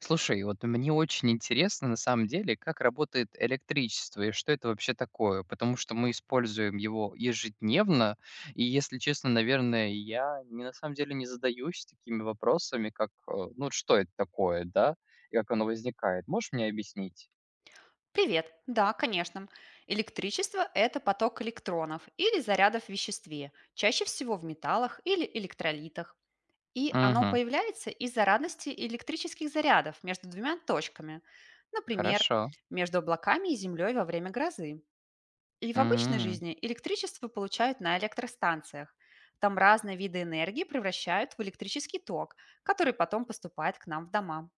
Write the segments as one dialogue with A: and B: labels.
A: Слушай, вот мне очень интересно на самом деле, как работает электричество и что это вообще такое, потому что мы используем его ежедневно, и, если честно, наверное, я не, на самом деле не задаюсь такими вопросами, как, ну, что это такое, да, и как оно возникает. Можешь мне объяснить?
B: Привет. Да, конечно. Электричество – это поток электронов или зарядов в веществе, чаще всего в металлах или электролитах. И оно
A: Мгм.
B: появляется из-за радости электрических зарядов между двумя точками, например,
A: Хорошо.
B: между облаками и землей во время грозы. И в обычной
A: М,
B: жизни электричество получают на электростанциях. Там разные виды энергии превращают в электрический ток, который потом поступает к нам в дома.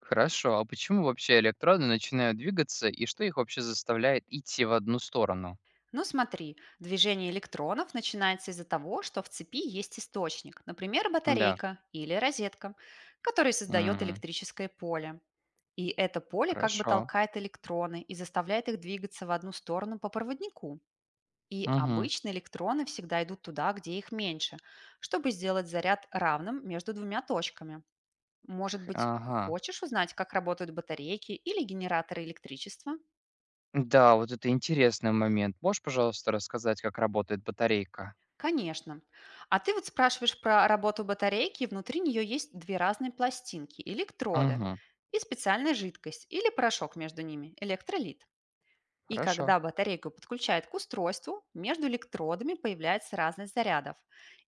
A: Хорошо. А почему вообще электроны начинают двигаться, и что их вообще заставляет идти в одну сторону?
B: Ну смотри, движение электронов начинается из-за того, что в цепи есть источник, например,
A: Да.
B: батарейка или розетка, который создает
A: М,
B: электрическое поле. И это поле как бы
A: Хорошо.
B: толкает электроны и заставляет их двигаться в одну сторону по проводнику. И
A: Угу.
B: обычно электроны всегда идут туда, где их меньше, чтобы сделать заряд равным между двумя точками. Может быть,
A: Ага.
B: хочешь узнать, как работают батарейки или генераторы электричества?
A: Да, вот это интересный момент. Можешь, пожалуйста, рассказать, как работает батарейка?
B: Конечно. А ты вот спрашиваешь про работу батарейки, и внутри нее есть две разные пластинки, электроды
A: Мгм.
B: и специальная жидкость или порошок между ними, электролит. И
A: Хорошо.
B: когда батарейку подключают к устройству, между электродами появляется разность зарядов,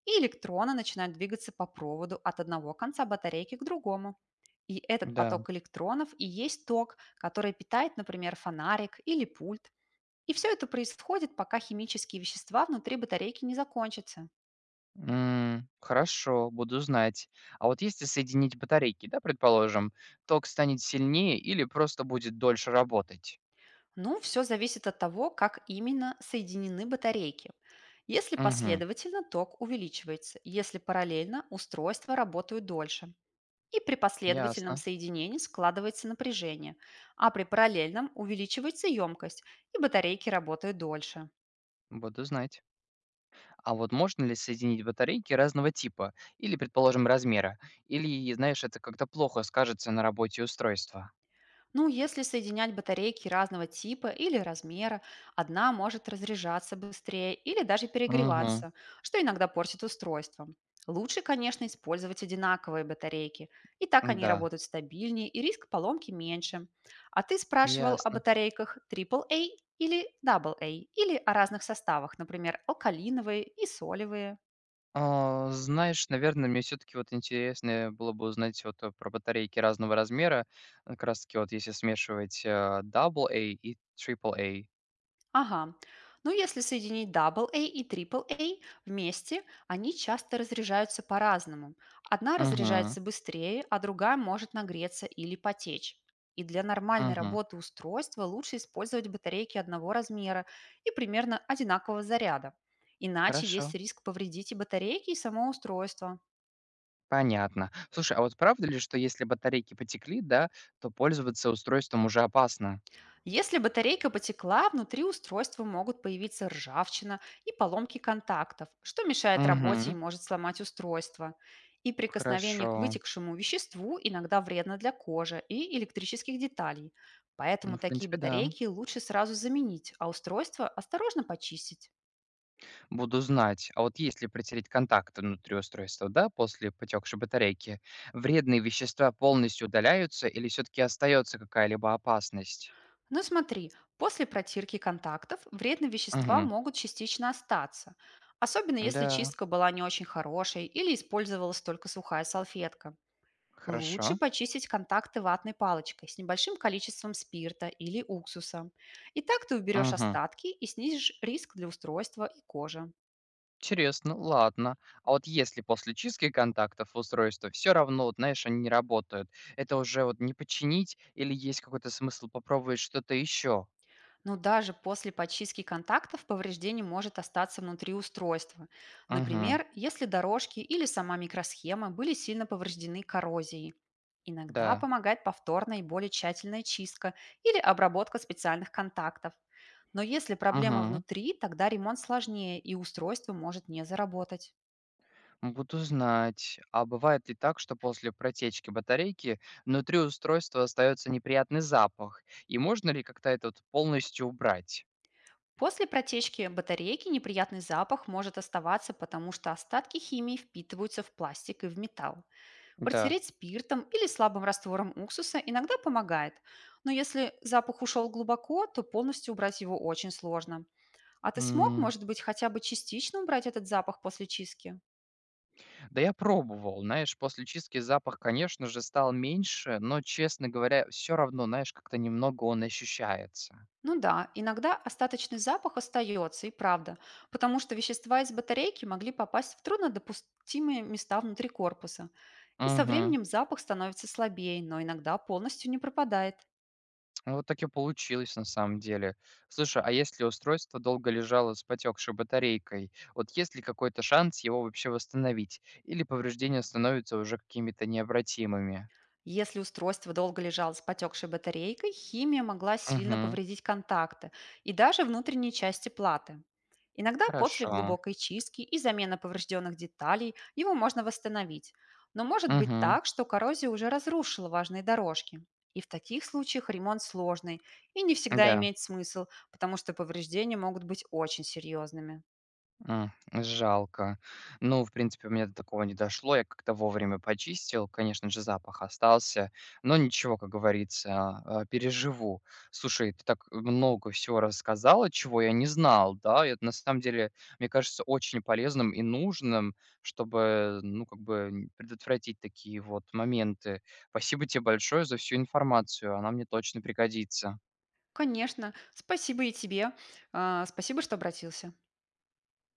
B: и электроны начинают двигаться по проводу от одного конца батарейки к другому. И этот
A: Да.
B: поток электронов и есть ток, который питает, например, фонарик или пульт. И все это происходит, пока химические вещества внутри батарейки не закончатся.
A: М, хорошо, буду знать. А вот если соединить батарейки, да, предположим, ток станет сильнее или просто будет дольше работать?
B: Ну, все зависит от того, как именно соединены батарейки. Если
A: Угу.
B: последовательно, ток увеличивается, если параллельно, устройства работают дольше. И при последовательном
A: Ясно.
B: соединении складывается напряжение, а при параллельном увеличивается емкость, и батарейки работают дольше.
A: Буду знать. А вот можно ли соединить батарейки разного типа или, предположим, размера? Или, знаешь, это как-то плохо скажется на работе устройства?
B: Ну, если соединять батарейки разного типа или размера, одна может разряжаться быстрее или даже
A: Угу.
B: перегреваться, что иногда портит устройство. Лучше, конечно, использовать одинаковые батарейки. И так они
A: Да.
B: работают стабильнее и риск поломки меньше. А ты спрашивал о
A: Ясно.
B: батарейках AAA или AA, или о разных составах, например, алкалиновые и солевые.
A: А, знаешь, наверное, мне все-таки вот интересно было бы узнать вот про батарейки разного размера, как раз-таки вот если смешивать AA и AAA.
B: Ага. Ну, если соединить AA и AAA вместе, они часто разряжаются по-разному. Одна
A: Угу,
B: разряжается быстрее, а другая может нагреться или потечь. И для нормальной
A: угу,
B: работы устройства лучше использовать батарейки одного размера и примерно одинакового заряда. Иначе
A: хорошо,
B: есть риск повредить и батарейки, и само устройство.
A: понятно. Слушай, а вот правда ли, что если батарейки потекли, да, то пользоваться устройством уже опасно?
B: Если батарейка потекла, внутри устройства могут появиться ржавчина и поломки контактов, что мешает работе и
A: Угу,
B: может сломать устройство. И прикосновение
A: хорошо.
B: к вытекшему веществу иногда вредно для кожи и электрических деталей. Поэтому
A: Ну, в
B: такие
A: принципе, да.
B: батарейки лучше сразу заменить, а устройство осторожно почистить.
A: Буду знать. А вот если протереть контакты внутри устройства, да, после потекшей батарейки, вредные вещества полностью удаляются или все-таки остается какая-либо опасность?
B: Но смотри, после протирки контактов вредные вещества
A: Угу.
B: могут частично остаться, особенно если
A: Да,
B: чистка была не очень хорошей или использовалась только сухая салфетка.
A: хорошо.
B: Лучше почистить контакты ватной палочкой с небольшим количеством спирта или уксуса. И так ты уберешь
A: Угу.
B: остатки и снизишь риск для устройства и кожи.
A: Интересно, ладно. А вот если после чистки контактов устройства все равно, вот, знаешь, они не работают, это уже вот не починить или есть какой-то смысл попробовать что-то еще?
B: Но даже после почистки контактов повреждение может остаться внутри устройства.
A: Угу.
B: Например, если дорожки или сама микросхема были сильно повреждены коррозией. Иногда
A: Да.
B: помогает повторная и более тщательная чистка или обработка специальных контактов. Но если проблема
A: Угу.
B: внутри, тогда ремонт сложнее и устройство может не заработать.
A: Буду знать. А бывает ли так, что после протечки батарейки внутри устройства остается неприятный запах? И можно ли как-то этот полностью убрать?
B: После протечки батарейки неприятный запах может оставаться, потому что остатки химии впитываются в пластик и в металл.
A: Да.
B: Протереть спиртом или слабым раствором уксуса иногда помогает, но если запах ушел глубоко, то полностью убрать его очень сложно. А ты смог,
A: М,
B: может быть, хотя бы частично убрать этот запах после чистки?
A: Да я пробовал, знаешь, после чистки запах, конечно же, стал меньше, но, честно говоря, все равно, знаешь, как-то немного он ощущается.
B: Ну да, иногда остаточный запах остается, и правда, потому что вещества из батарейки могли попасть в труднодопустимые места внутри корпуса. И со
A: Угу.
B: временем запах становится слабее, но иногда полностью не пропадает.
A: Ну, вот так и получилось на самом деле. Слушай, а если устройство долго лежало с потекшей батарейкой, вот есть ли какой-то шанс его вообще восстановить? Или повреждения становятся уже какими-то необратимыми?
B: Если устройство долго лежало с потекшей батарейкой, химия могла сильно
A: Угу,
B: повредить контакты и даже внутренние части платы. Иногда после
A: хорошо.
B: глубокой чистки и замены поврежденных деталей его можно восстановить, но может быть
A: Угу,
B: так, что коррозия уже разрушила важные дорожки. И в таких случаях ремонт сложный и не всегда
A: да.
B: имеет смысл, потому что повреждения могут быть очень серьезными.
A: Жалко. Ну, в принципе, у меня до такого не дошло. Я как-то вовремя почистил. Конечно же, запах остался, но ничего, как говорится, а, переживу. Слушай, ты так много всего рассказала, чего я не знал, да? Это на самом деле, мне кажется, очень полезным и нужным, чтобы, ну, как бы предотвратить такие вот моменты. Спасибо тебе большое за всю информацию. Она мне точно пригодится.
B: Конечно. Спасибо и тебе. А, спасибо, что обратился.